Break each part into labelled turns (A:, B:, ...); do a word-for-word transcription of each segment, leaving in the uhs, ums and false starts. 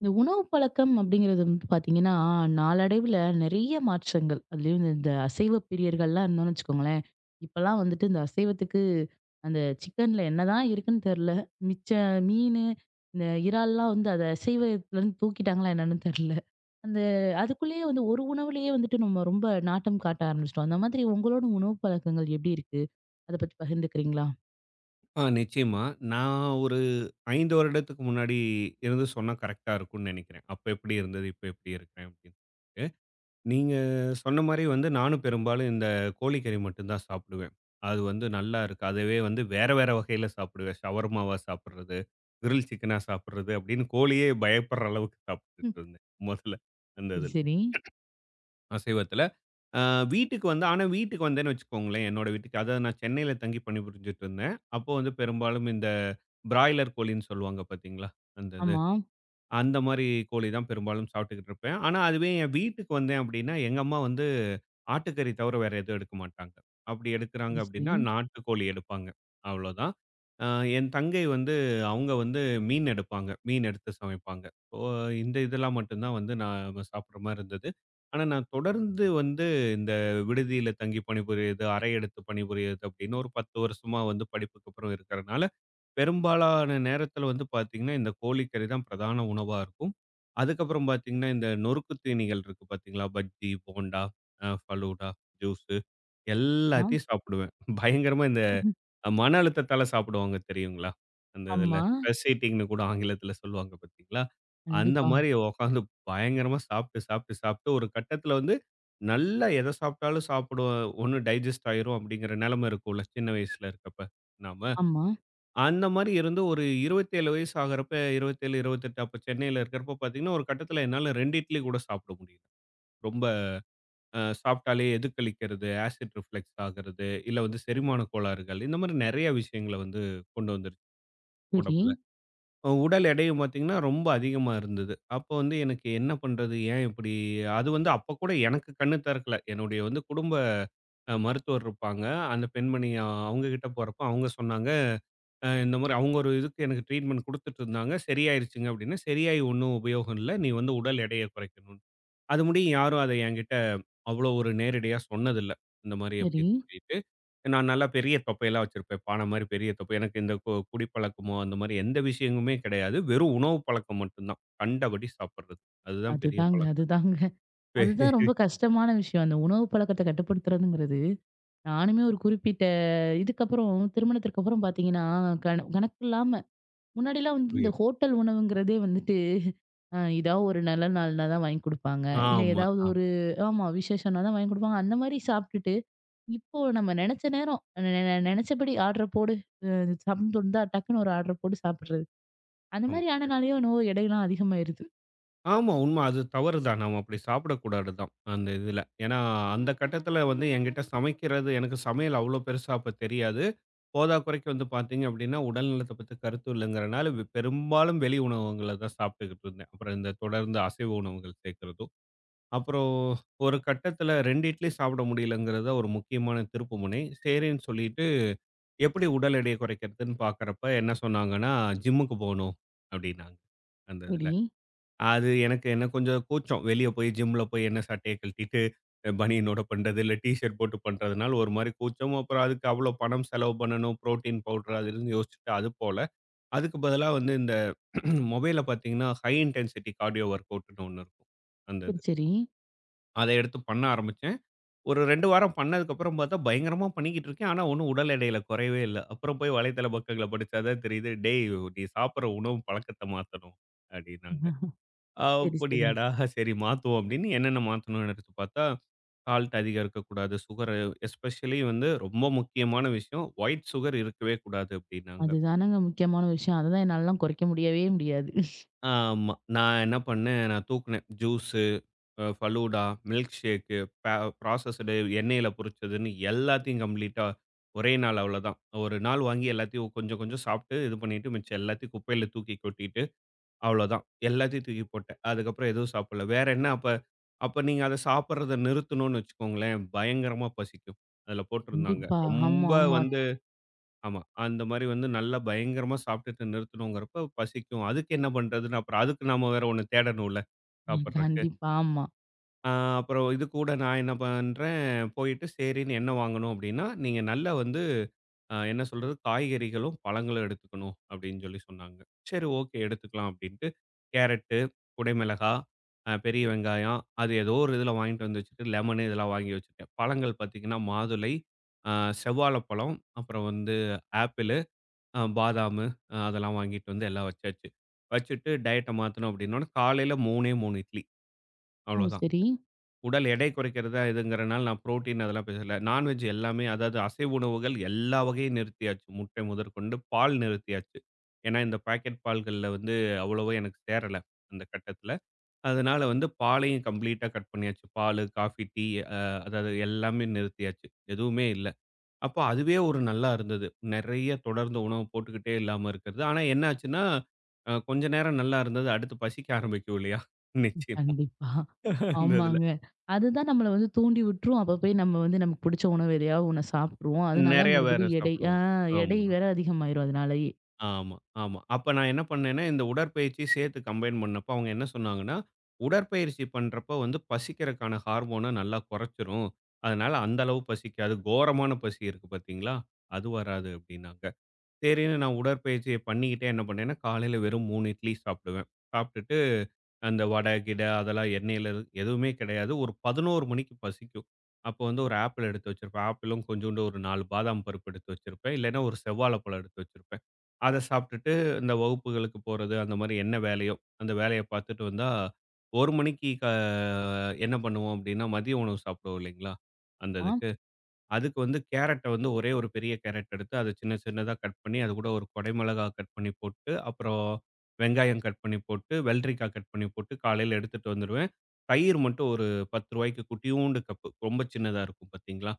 A: இந்த உணவு பழக்கம் அப்படிங்கிறது வந்து பாத்தீங்கன்னா, நாளடைவுல நெறைய மாற்றங்கள். அதுலயும் இந்த இந்த அசைவ பிரியர்கள்லாம் இருந்தோம்னு வச்சுக்கோங்களேன். இப்பலாம் வந்துட்டு இந்த அசைவத்துக்கு அந்த சிக்கன்ல என்னதான் இருக்குன்னு தெர்ல. மிச்ச மீனு, இந்த இறால்லாம் வந்து அத அசைவத்துலருந்து தூக்கிட்டாங்களா என்னன்னு தெர்ல. அந்த அதுக்குள்ளேயே வந்து ஒரு உணவுலயே வந்துட்டு நம்ம ரொம்ப நாட்டம் காட்ட ஆரம்பிச்சுட்டோம். அந்த மாதிரி உங்களோட உணவு பழக்கங்கள் எப்படி இருக்கு? அத பத்தி பகிர்ந்துக்கிறீங்களா?
B: ஆ நிச்சயமா. நான் ஒரு ஐந்து வருடத்துக்கு முன்னாடி இருந்து சொன்னா கரெக்ட்டா இருக்கும்னு நெனைக்கிறேன். அப்ப எப்படி இருந்தது, இப்ப எப்படி இருக்கிறேன் அப்படின்னு சொல்லிட்டு. நீங்க சொன்ன மாரி வந்து நானும் பெரும்பாலும் இந்த கோழிக்கறி மட்டும் தான் சாப்பிடுவேன். அது வந்து நல்லா இருக்கு. அதுவே வந்து வேற வேற வகையில சாப்பிடுவேன். ஷவர்மாவா சாப்பிடுறது, கிரில் சிக்கனா சாப்பிடுறது அப்படின்னு கோழியே பயப்படுற அளவுக்கு
A: ம்.
B: சாப்பிட்டுட்டு இருந்தேன். முதல்ல அந்த இதுல.
A: சரி.
B: அசைவத்தில. அ வீட்டுக்கு வந்து ஆனா வீட்டுக்கு வந்தேன்னு வச்சுக்கோங்களேன், என்னோட வீட்டுக்கு. அதாவது நான் சென்னையில தங்கி பணிபுரிஞ்சுட்டு இருந்தேன். அப்போ வந்து பெரும்பாலும் இந்த பிராய்லர் கோழின்னு சொல்லுவாங்க பார்த்தீங்களா? அந்த இது.
A: ஆமா.
B: அந்த மாரி கோழி தான் பெரும்பாலும் சாப்பிட்டுக்கிட்டு இருப்பேன். ஆனா, அதுவே என் வீட்டுக்கு வந்தேன் அப்படின்னா, எங்க அம்மா வந்து ஆட்டுக்கறி தவிர வேற எதுவும் எடுக்க மாட்டாங்க. அப்படி எடுக்குறாங்க
A: சரி, சரி.
B: அப்படின்னா, நாட்டுக்கோழி எடுப்பாங்க. அவ்வளோதான். அ என் தங்கை வந்து அவங்க வந்து மீன் எடுப்பாங்க. மீன் எடுத்து சமைப்பாங்க. ஓ இந்த இதெல்லாம் மட்டும் தான் வந்து நாம சாப்பிடுற மாரி இருந்தது. ஆனா, நான் தொடர்ந்து வந்து இந்த விடுதியில தங்கி பணிபுரியது, அறை எடுத்து பணிபுரியது அப்படின்னு ஒரு பத்து வருஷமா வந்து படிப்புக்கு அப்புறம் இருக்கிறனால, பெரும்பாலான நேரத்துல வந்து பார்த்தீங்கன்னா, இந்த கோழிக்கறி தான் பிரதான உணவா இருக்கும். அதுக்கப்புறம் பார்த்தீங்கன்னா, இந்த நொறுக்கு தீனிகள் இருக்கு பார்த்தீங்களா? பஜ்ஜி, போண்டா, அ ஃபலூடா, ஜூஸு
A: ஆ.
B: எல்லாத்தையும் சாப்பிடுவேன். பயங்கரமா இந்த அஹ், மன அழுத்தத்தால சாப்பிடுவாங்க தெரியுங்களா? அந்த இதுல
A: ஆமா.
B: ஸ்ட்ரெஸ் ஈட்டிங்ன்னு கூட ஆங்கிலத்துல சொல்லுவாங்க பார்த்தீங்களா? அந்த
A: கண்டிப்பா.
B: மாரி உட்காந்து பயங்கரமா சாப்பிட்டு, சாப்பிட்டு, சாப்பிட்டு ஒரு கட்டத்துல வந்து நல்லா எத சாப்பிட்டாலும் சாப்பிடுவேன். ஒண்ணு டைஜெஸ்ட் ஆயிரும் அப்படிங்கிற நிலைமை இருக்கும்ல, சின்ன வயசுல இருக்கப்ப நாம.
A: ஆமா.
B: அந்த மாரி இருந்து ஒரு இருபத்தி ஏழு வயசு ஆகுறப்ப இருபத்தி ஏழு, இருபத்தி எட்டு அப்ப சென்னையில இருக்கிறப்ப பார்த்தீங்கன்னா, ஒரு கட்டத்தில என்னால ரெண்டு இட்லி கூட சாப்பிட முடியல. ரொம்ப அ சாப்பிட்டாலே எது கழிக்கிறது, ஆசிட் ரிஃப்ளெக்ஸ் ஆகுறது, இல்ல வந்து செரிமான கோளாறுகள் இந்த மாரி நெறைய விஷயங்கள வந்து கொண்டு வந்துருச்சு
A: சரி,
B: உடம்புல. அஹ் உடல் எடையும் பார்த்தீங்கன்னா, ரொம்ப அதிகமா இருந்தது. அப்போ வந்து எனக்கு என்ன பண்றது? ஏன் இப்படி? அது வந்து அப்ப கூட எனக்கு கண்ணு தெறக்கல. என்னுடைய வந்து குடும்ப அ மருத்துவர் இருப்பாங்க. அந்த பெண்மணி அஹ், அவங்க கிட்ட போறப்போ அவங்க சொன்னாங்க, அ இந்த மாரி அவங்க ஒரு இதுக்கு எனக்கு ட்ரீட்மெண்ட் குடுத்துட்டு இருந்தாங்க. சரியாயிருச்சுங்க அப்படின்னு. சரியாயி ஒண்ணும் உபயோகம் இல்ல. நீ வந்து உடல் எடைய குறைக்கணும். அது முடியும் யாரும் அத என்கிட்ட அவ்வளோ ஒரு நேரடியா சொன்னதில்ல. இந்த மாரி
A: சரி.
B: அப்படின்னு சொல்லிட்டு, நான் நல்லா பெரிய தொப்பையெல்லாம் வச்சிருப்பேன். பான மாரி பெரிய தொப்பை. எனக்கு இந்த கு குடிப்பழக்கமோ, அந்த மாரி எந்த விஷயமுமே கிடையாது. வெறும் உணவு பழக்கம் மட்டும் தான். கண்டபடி சாப்பிடுறது. அதுதான் பெரிய
A: அதுதாங்க,
B: பழக்கம்.
A: அதுதாங்க. அதுதான்
B: பெரிய-
A: ரொம்ப கஷ்டமான விஷயம். அந்த உணவு பழக்கத்த கட்டுப்படுத்துறதுங்கிறது. நானுமே ஒரு குறிப்பிட்ட இதுக்கப்புறம் திருமணத்திற்கு அப்புறம் பார்த்தீங்கன்னா, கண கணக்கில்லாம முன்னாடிலாம் வந்து இந்த ஹோட்டல் உணவுங்கிறதே வந்துட்டு அ ஏதாவது ஒரு நல்ல நாள்னா தான் வாங்கி குடுப்பாங்க. இல்ல
B: ஆமா,
A: ஏதாவது
B: ஆமா,
A: ஒரு ஆமா விசேஷம்னா தான் வாங்கி குடுப்பாங்க. அந்த மாரி சாப்ட்டுட்டு, இப்போ நம்ம நெனச்ச நேரம் நெ நெ நெனச்சபடி ஆர்டர போடு. அ சம்மந்தம் இருந்தா டக்குன்னு ஒரு ஆர்டர போட்டு சாப்பிடுறது. அந்த
B: ஆமா.
A: மாரி ஆனனாலயோ என்னவோ எடைலாம் அதிகமாயிருது.
B: ஆமா. உண்ம. அது தவறு தான். நம்ம அப்படி சாப்பிடக்கூடாது தான், அந்த இதுல. ஏன்னா, அந்த கட்டத்துல வந்து என்கிட்ட சமைக்கிறது எனக்கு சமையல் அவ்வளோ பெருசா அப்ப தெரியாது. போதாக்குறைக்கு வந்து பார்த்தீங்க அப்படின்னா, உடல் நலத்த பத்தி கருத்து இல்லைங்கிறனால, வெ பெரும்பாலும் வெளி உணவகங்கள்ல தான் சாப்பிட்டுக்கிட்டு இருந்தேன். அப்புறம் இந்த தொடர்ந்து அசைவ உணவுகள் சேர்க்கிறதும். அப்புறம் ஒரு கட்டத்துல ரெண்டு இட்லி சாப்பிட முடியலங்கிறது தான் ஒரு முக்கியமான திருப்புமுனை. சரின்னு சொல்லிட்டு, எப்படி உடல் எடைய குறைக்கிறதுன்னு பார்க்கிறப்ப என்ன சொன்னாங்கன்னா, "ஜிம்முக்கு போணும்" அப்படின்னாங்க, அந்த இதுல.
A: சரி.
B: அது எனக்கு என்ன கொஞ்சம் கூச்சம். வெளிய போய் ஜிம்ல போய் என்ன சட்டைய கழட்டிட்டு, அஹ் பனியனோட பண்றது, இல்ல டீ ஷர்ட் போட்டு பண்றதுனால ஒரு மாரி கூச்சம். அப்புறம் அதுக்கு அவ்வளோ பணம் செலவு பண்ணணும். புரோட்டீன் பவுடர் அது இதுன்னு யோசிச்சுட்டு அது போல. அதுக்கு பதிலா வந்து இந்த மொபைல்ல பார்த்தீங்கன்னா, ஹை இன்டென்சிட்டி கார்டியோ ஒர்க் அவுட்ன்னு ஒண்ணு இருக்கும். அந்த
A: சரி,
B: இது.
A: சரி.
B: அத எடுத்து பண்ண ஆரம்பிச்சேன். ஒரு ரெண்டு வாரம் பண்ணதுக்கப்புறம் பார்த்தா, பயங்கரமா பண்ணிக்கிட்டு இருக்கேன். ஆனா ஒண்ணும் உடல் எடையில குறையவே இல்ல. அப்புறம் போய் வலைத்தள பக்கங்கள்ல படிச்சா தான் தெரியுது. "டேய்! நீ சாப்பிடுற உணவு பழக்கத்த மாத்தணும்" அப்படின்னாங்க.
A: ஆஹா, சரி, சரி.
B: அப்படியாடா! சரி மாத்துவோம் அப்படின்னு என்னென்ன மாத்தணும்னு எடுத்து பார்த்தா, சால்ட் அதிகம் இருக்கக்கூடாது. சுகர் எஸ்பெஷலி வந்து ரொம்ப முக்கியமான விஷயம். ஒயிட் சுகர் இருக்கவே கூடாது அப்படின்னாங்க.
A: அதுதானங்க முக்கியமான விஷயம். அததான் என்னாலலாம் குறைக்க முடியவே முடியாது.
B: ஆமா. நான் என்ன பண்ணேன், நான் தூக்குனேன். ஜூஸு, அ ஃபலூடா, மில்க் ஷேக்கு, ப ப்ராசஸ்டு எண்ணெயில பொரிச்சதுன்னு எல்லாத்தையும் கம்ப்ளீட்டா ஒரே நாள் அவ்வளோதான். ஒரு நாள் வாங்கி எல்லாத்தையும் கொஞ்சம் கொஞ்சம் சாப்பிட்டு இது பண்ணிட்டு மிச்சம் எல்லாத்தையும் குப்பையில தூக்கி கொட்டிட்டு அவ்வளோதான். எல்லாத்தையும் தூக்கி போட்டேன். அதுக்கப்புறம் எதுவும் சாப்பிடல. வேற என்ன அப்ப அப்ப நீங்க அத சாப்பிடுறத நிறுத்தணும்னு வச்சுக்கோங்களேன், பயங்கரமா பசிக்கும். அதுல போட்டிருந்தாங்க.
A: கண்டிப்பா.
B: ரொம்ப
A: ஆமா, ஆமா.
B: வந்து ஆமா. அந்த மாரி வந்து நல்லா பயங்கரமா சாப்பிட்டுட்டு நிறுத்தணுங்கிறப்ப பசிக்கும். அதுக்கு என்ன பண்றதுன்னு அப்புறம் அதுக்கு நாம வேற ஒண்ணு தேடணும்ல
A: ம்.
B: சாப்பிடுறக்கு.
A: கண்டிப்பா. ஆமா.
B: ஆ அப்புறம் இது கூட நான் என்ன பண்றேன், போயிட்டு சரின்னு என்ன வாங்கணும் அப்டின்னா, "நீங்க நல்லா வந்து அ என்ன சொல்றது, காய்கறிகளும், பழங்களும் எடுத்துக்கணும்." அப்டின்னு சொல்லி சொன்னாங்க. சரி ஓகே எடுத்துக்கலாம் அப்டின்ட்டு, கேரட்டு, குடைமிளகா, அ பெரிய வெங்காயம், அது ஏதோ ஒரு இதில வாங்கிட்டு வந்து வச்சுட்டு, லெமனு இதெல்லாம் வாங்கி வச்சுட்டேன். பழங்கள் பாத்தீங்கன்னா, மாதுளை, அ செவ்வாழைப்பழம், அப்புறம் வந்து ஆப்பிளு, அ பாதாமு அ அதெல்லாம் வாங்கிட்டு வந்து எல்லாம் வச்சாச்சு. வச்சுட்டு டயட்ட மாத்தணும் அப்டின்னோன, காலையில 3ஏ மூணு இட்லி
A: ஓ!
B: அவ்ளோதான்.
A: சரி.
B: உடல் எடை குறைக்கிறதா இதுங்கிறனால நான் புரோட்டீன் அதெல்லாம் பேசல. நான்வெஜ் எல்லாமே அதாவது அசைவ உணவுகள் எல்லா வகையும் நிறுத்தியாச்சு. முட்டை முதற்கொண்டு பால் நிறுத்தியாச்சு. ஏன்னா இந்த பாக்கெட் பால்கள்ல வந்து அவ்வளவா எனக்கு சேரல அந்த கட்டத்தில. அதனால வந்து பாலையும் கம்ப்ளீட்டா கட் பண்ணியாச்சு. பாலு, காஃபி, டீ அ அதாவது எல்லாமே நிறுத்தியாச்சு. எதுவுமே இல்ல. அப்போ அதுவே ஒரு நல்லா இருந்தது. நெறைய தொடர்ந்து உணவு போட்டுக்கிட்டே இல்லாம இருக்கிறது. ஆனா என்ன ஆச்சுன்னா, அ கொஞ்ச நேரம் நல்லா இருந்தது. அடுத்து பசிக்க ஆரம்பிக்கும் இல்லையா?
A: ம்.
B: நிச்சயமா
A: கண்டிப்பா.
B: அந்த இதுல.
A: ஆமாங்க. அதுதான் நம்மள வந்து தூண்டி விட்டுரும். அப்ப போய் நம்ம வந்து நமக்கு பிடிச்ச உணவு எதையாவது ஒண்ண சாப்பிட்டுருவோம். அதனால
B: நெறைய வேற
A: மறுபடியும் எடை ஆ
B: சாப்பிடுவோம்.
A: எடை
B: ஆமா,
A: வேற அதிகமாயிரும் அதனாலயே.
B: ஆமா, ஆமா. அப்ப நான் என்ன பண்ணேன்னா, இந்த உடற்பயிற்சி சேர்த்து கம்பைன் பண்ணப்ப அவங்க என்ன சொன்னாங்கன்னா, "உடற்பயிற்சி பண்றப்ப வந்து பசிக்கிறக்கான ஹார்மோன நல்லா குறைச்சுரும். அதனால அந்த அளவு பசிக்காது. கோரமான பசி இருக்கு பார்த்தீங்களா, அது வராது" அப்படின்னாங்க. சரின்னு நான் உடற்பயிற்சிய பண்ணிக்கிட்டே என்ன பண்ணேன்னா, காலையில வெறும் மூணு இட்லி சாப்பிடுவேன். சாப்பிட்டுட்டு அந்த வடை, கிடை அதெல்லாம் எண்ணெயில எதுவுமே கிடையாது. ஒரு பதினொரு மணிக்கு பசிக்கும். அப்போ வந்து ஒரு ஆப்பிள் எடுத்து வச்சிருப்பேன். ஆப்பிளும் கொஞ்சோண்டு ஒரு நாலு பாதாம் பருப்பு எடுத்து வச்சிருப்பேன். இல்லைன்னா ஒரு செவ்வாழைப்பழம் எடுத்து வச்சிருப்பேன். அத சாப்பிட்டுட்டு இந்த வகுப்புகளுக்கு போறது, அந்த மாரி என்ன வேலையோ, அந்த வேலைய பார்த்துட்டு வந்தா, ஒரு மணிக்கு க என்ன பண்ணுவோம் அப்படின்னா, மதிய உணவு சாப்பிடுவோம் இல்லைங்களா? அந்த
A: ஆ.
B: இதுக்கு. அதுக்கு வந்து கேரட்ட வந்து ஒரே ஒரு பெரிய கேரட் எடுத்து அத சின்ன சின்னதா கட் பண்ணி, அது கூட ஒரு கொடை மிளகா கட் பண்ணி போட்டு, அப்புறம் வெங்காயம் கட் பண்ணி போட்டு, வெள்ளரிக்கா கட் பண்ணி போட்டு காலையில எடுத்துட்டு வந்துருவேன். தயிர் மட்டும் ஒரு ரூ. 10க்கு குட்டியூண்டு கப்பு. ரொம்ப சின்னதா இருக்கும் பார்த்தீங்களா?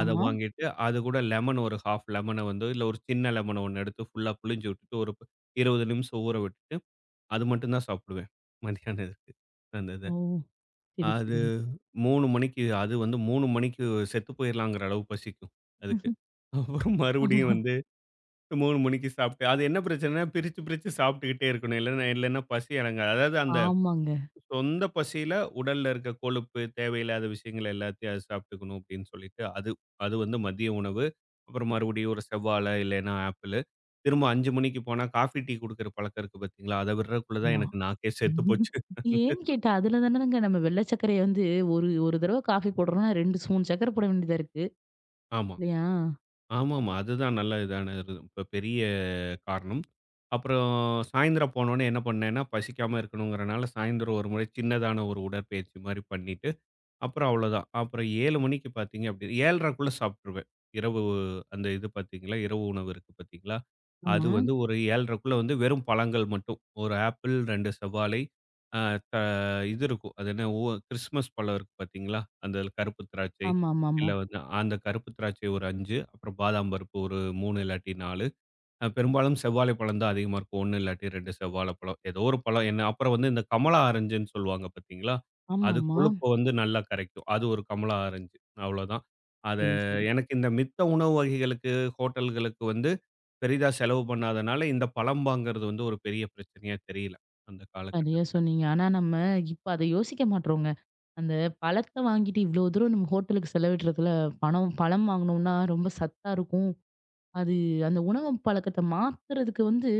B: அத வாங்கிட்டு, அது கூட லெமன் ஒரு அரை லெமன வந்து இல்ல ஒரு சின்ன லெமன் ஒண்ணு எடுத்து ஃபுல்லா புழிஞ்சு விட்டுட்டு, ஒரு இருபது நிமிஷம் ஊற விட்டுட்டு, அது மட்டும் தான் சாப்பிடுவேன். மதியான இதுக்கு. அந்த இத.
A: ஓ! சரி,
B: அது
A: சரி.
B: மூணு மணிக்கு அது வந்து மூணு மணிக்கு செத்து போயிரலாங்கிற அளவு பசிக்கும் அதுக்கு. அப்புறம் மறுபடியும்
A: ஆமா.
B: வந்து மூணு மணிக்கு சாப்பிட்டு அது என்ன பிரச்சனைன்னா, பிரிச்சு பிரிச்சு சாப்பிட்டுக்கிட்டே இருக்கணும். இல்லன்னா இல்லன்னா பசி அடங்காது. அதாவது அந்த
A: ஆமாங்க.
B: சொந்த பசியில உடல்ல இருக்க கொழுப்பு, தேவையில்லாத விஷயங்கள் எல்லாத்தையும் அது சாப்பிட்டுக்கணும் அப்படின்னு சொல்லிட்டு, அது அது வந்து மதிய உணவு. அப்புறம் மறுபடியும் ஒரு செவ்வாழை இல்லைன்னா ஆப்பிளு. திரும்ப அஞ்சு மணிக்கு போனா காஃபி, டீ குடுக்கிற பழக்கம் இருக்கு பார்த்தீங்களா? அத விடுறதுக்குள்ள தான்
A: ஆமா.
B: எனக்கு நாக்கே செத்து போச்சு.
A: ஏன்னு கேட்டா, அதுல தானங்க நம்ம வெள்ள சர்க்கரைய வந்து ஒரு ஒரு தடவ காஃபி போடுறோம்னா ரெண்டு ஸ்பூன் சர்க்கர போட வேண்டியதா இருக்கு.
B: ஆமா.
A: இல்லையா?
B: ஆமாமா. அதுதான் நல்ல இதான இது. இப்ப பெரிய காரணம். அப்புறம் சாயந்தரம் போனோனே என்ன பண்ணேன்னா, பசிக்காம இருக்கணுங்கிறனால, சாயந்தரம் ஒரு முறை சின்னதான ஒரு உடற்பயிற்சி மாரி பண்ணிட்டு, அப்புறம் அவ்வளோதான். அப்புறம் ஏழு மணிக்கு பார்த்தீங்க அப்படி 7:30க்குள்ள சாப்பிட்டுருவேன். இரவு அந்த இது பார்த்தீங்களா, இரவு உணவு இருக்கு பார்த்தீங்களா, அது
A: ஆமா.
B: வந்து ஒரு 7:30க்குள்ள வந்து வெறும் பழங்கள் மட்டும். ஒரு ஆப்பிள், ரெண்டு செவ்வாழை, அ த இது இருக்கும். அது என்ன ஓ கிறிஸ்மஸ் பழம் இருக்கு பார்த்தீங்களா, அந்த கருப்பு திராட்சை, இல்ல
A: ஆமாமாமா.
B: வந்து அந்த கருப்பு திராட்சை ஒரு அஞ்சு, அப்புறம் பாதாம் பருப்பு ஒரு மூணு இல்லாட்டி நாலு அ பெரும்பாலும் செவ்வாழை பழம் தான் அதிகமா இருக்கும். ஒரு இல்லாட்டி ரெண்டு செவ்வாழை பழம். ஏதோ ஒரு பழம் என்ன அப்புறம் வந்து இந்த கமலா ஆரஞ்சுன்னு சொல்லுவாங்க பார்த்தீங்களா? அது
A: ஆமாமா.
B: கொழுப்ப வந்து நல்லா கரைக்கும். அது ஒரு கமலா ஆரஞ்சு. அவ்வளோதான். அத
A: சரி, சரி.
B: எனக்கு இந்த மித்த உணவு வகைகளுக்கு, ஹோட்டல்களுக்கு வந்து பெரிதா செலவு பண்ணாதனால, இந்த பழம் வாங்குறது வந்து ஒரு பெரிய பிரச்சனையா தெரியல. அந்த
A: சரியா
B: காலகட்டத்துல.
A: சொன்னீங்க. ஆனா நம்ம இப்ப அத யோசிக்க மாட்றோங்க. அந்த பழத்த வாங்கிட்டு இவ்ளோ தூரம் நம்ம ஹோட்டலுக்கு செலவிடுறதுல பணம் பழம் வாங்குனோம்னா ரொம்ப சத்தா இருக்கும். அது அந்த உணவு பழக்கத்த மாத்துறதுக்கு வந்து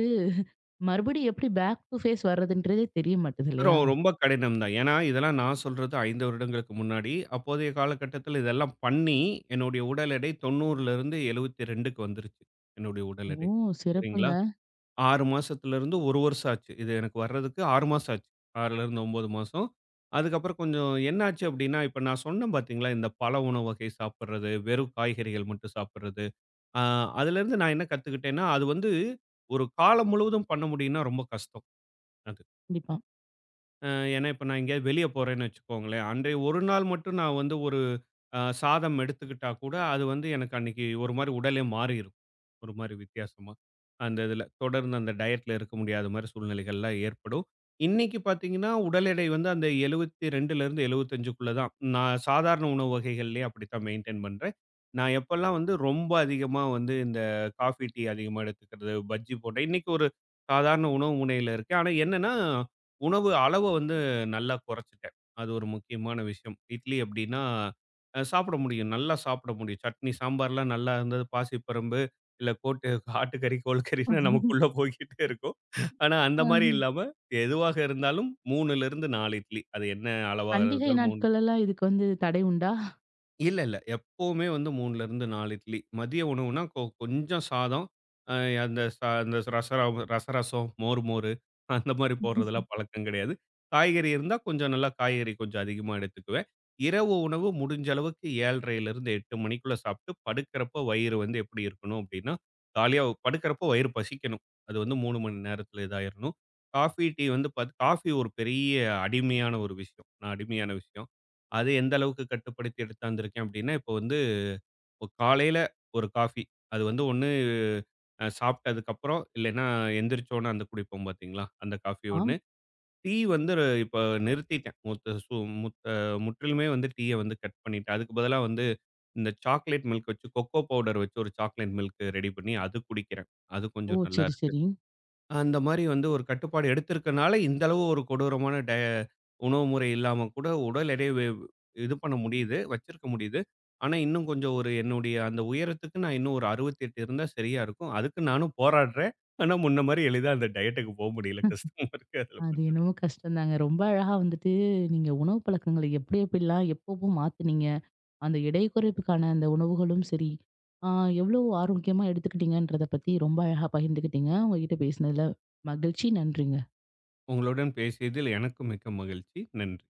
A: மறுபடியும் எப்படி பேக் டூ ஃபேஸ் வர்றதுன்றதே தெரிய மாட்டுது இல்லையா?
B: ரொ- ரொம்ப கடினம் தான் ஏன்னா இதெல்லாம் நான் சொல்றது ஐந்து வருடங்களுக்கு முன்னாடி அப்போதைய காலகட்டத்தில் இதெல்லாம் பண்ணி என்னுடைய உடல் எடை தொண்ணூறுல இருந்து எழுபத்தி ரெண்டுக்கு வந்துருச்சு என்னுடைய உடல்
A: ஓ!
B: எடை சரிங்களா
A: சிறப்புங்க.
B: ஆறு மாசத்துல இருந்து ஒரு வருஷம் ஆச்சு இது எனக்கு வர்றதுக்கு ஆறு மாசம் ஆச்சு ஆறுல இருந்து ஒன்பது மாசம் அதுக்கப்புறம் கொஞ்சம் என்னாச்சு அப்படின்னா இப்போ நான் சொன்னேன் பார்த்தீங்களா இந்த பல உணவு வகை சாப்பிட்றது வெறும் காய்கறிகள் மட்டும் சாப்பிட்றது ஆஹ் அதுலேருந்து நான் என்ன கற்றுக்கிட்டேன்னா அது வந்து ஒரு காலம் முழுவதும் பண்ண முடியும்னா ரொம்ப கஷ்டம் அது
A: கண்டிப்பா.
B: அ ஏன்னா, இப்ப நான் எங்கேயாவது வெளிய போறேன்னு வச்சுக்கோங்களேன். அன்றைய ஒரு நாள் மட்டும் நான் வந்து ஒரு அ சாதம் எடுத்துக்கிட்டா கூட, அது வந்து எனக்கு அன்னைக்கு ஒரு மாரி உடலே மாறிரும். ஒரு மாரி வித்தியாசமா. அந்த இதுல. தொடர்ந்து அந்த டயட்ல இருக்க முடியாத மாரி சூழ்நிலைகள்லாம் ஏற்படும். இன்னைக்கு பார்த்தீங்கன்னா, உடல் எடை வந்து அந்த 72லருந்து 75க்குள்ள தான். நான் சாதாரண உணவு வகைகள்லயே அப்படித்தான் மெயின்டெயின் பண்றேன். நான் எப்பல்லாம் வந்து ரொம்ப அதிகமா வந்து இந்த காஃபி, டீ அதிகமா எடுத்துக்கிறது, பஜ்ஜி போண்டா இன்னைக்கு ஒரு சாதாரண உணவு முனையில இருக்கேன். ஆனா என்னன்னா உணவு அளவ வந்து நல்லா குறைச்சுட்டேன். அது ஒரு முக்கியமான விஷயம். இட்லி அப்படின்னா, அ சாப்பிட முடியும். நல்லா சாப்பிட முடியும். சட்னி, சாம்பார்லாம் நல்லா இருந்தது. பாசிப்பரும்பு, இல்ல கோட்டு ஆட்டுக்கறி, கோழிக்கறின்னு நமக்குள்ள போய்க்கிட்டே இருக்கும். ஆனா, அந்த மாரி இல்லாம எதுவாக இருந்தாலும் 3லிருந்து நாலு இட்லி. அது என்ன அளவாக
A: பண்டிகை
B: இருந்தாலும் மூணு
A: நாட்கள் எல்லாம் இதுக்கு வந்து தடை உண்டா?
B: இல்ல, இல்ல. எப்பவுமே வந்து 3ல இருந்து நாலு இட்லி. மதிய உணவுனா கொ கொஞ்சம் சாதம். அ அந்த ச அந்த ரசராவ் ரசரசம், மோர் மோரு அந்த மாரி போடுறதெல்லாம் பழக்கம் கிடையாது. காய்கறி இருந்தா கொஞ்சம் நல்லா காய்கறி கொஞ்சம் அதிகமா எடுத்துக்குவேன். இரவு உணவு முடிஞ்ச அளவுக்கு 7:30லிருந்து எட்டு மணிக்குள்ள சாப்பிட்டு படுக்கிறப்ப வயிறு வந்து எப்படி இருக்கணும் அப்படின்னா, காலியா படுக்கிறப்போ வயிறு பசிக்கணும். அது வந்து மூணு மணி நேரத்தில இதாயிரணும். காஃபி, டீ வந்து பாத் காஃபி ஒரு பெரிய அடிமையான ஒரு விஷயம். நான் அடிமையான விஷயம். அது எந்த அளவுக்கு கட்டுப்படுத்தி எடுத்தாந்துருக்கேன் அப்படின்னா, இப்போ வந்து இப்போ காலையில ஒரு காஃபி. அது வந்து ஒண்ணு அ சாப்பிட்டதுக்கப்புறம், இல்லைன்னா எந்திரிச்சோன அந்த குடிப்போம் பார்த்தீங்களா? அந்த காஃபி
A: ஆம்.
B: ஒண்ணு. டீ வந்து இப்ப நிறுத்திட்டேன். முத்த சு முத்த முற்றிலுமே வந்து டீய வந்து கட் பண்ணிட்டேன். அதுக்கு பதிலா வந்து இந்த சாக்லேட் மில்க் வச்சு கொக்கோ பவுடர் வச்சு ஒரு சாக்லேட் மில்க் ரெடி பண்ணி அது குடிக்கிறேன். அது
A: ஓ!
B: கொஞ்சம் நல்லா
A: சரி,
B: இருக்கு.
A: சரி.
B: அந்த மாரி வந்து ஒரு கட்டுப்பாடு எடுத்திருக்கனால, இந்த அளவு ஒரு கொடூரமான டய உணவு முறை இல்லாம கூட உடல் எடைய வெ இது பண்ண முடியுது, வச்சிருக்க முடியுது. ஆனா, இன்னும் கொஞ்சம் ஒரு என்னுடைய அந்த உயரத்துக்கு நான் இன்னும் ஒரு அறுபத்தி எட்டு இருந்தா சரியா இருக்கும். அதுக்கு நானும் போராடுறேன். ஆனா, முன்ன மாரி எளிதா அந்த டயட்டுக்கு போ முடியல. கஷ்டமா இருக்கு அதுல
A: அது
B: பண்றது.
A: என்னமோ கஷ்டம்தாங்க. ரொம்ப அழகா வந்துட்டு நீங்க உணவு பழக்கங்கள எப்படி எப்படிலாம் எப்பப்போ மாத்துனீங்க? அந்த எடை குறைப்புக்கான அந்த உணவுகளும் சரி, ஆ எவ்வளோ ஆரோக்கியமா எடுத்துக்கிட்டீங்கன்றத பத்தி ரொம்ப அழகா பகிர்ந்துக்கிட்டீங்க. உங்ககிட்ட பேசினதுல மகிழ்ச்சி. நன்றிங்க.
B: உங்களுடன் பேசியதில் எனக்கும் மிக்க மகிழ்ச்சி. நன்றி.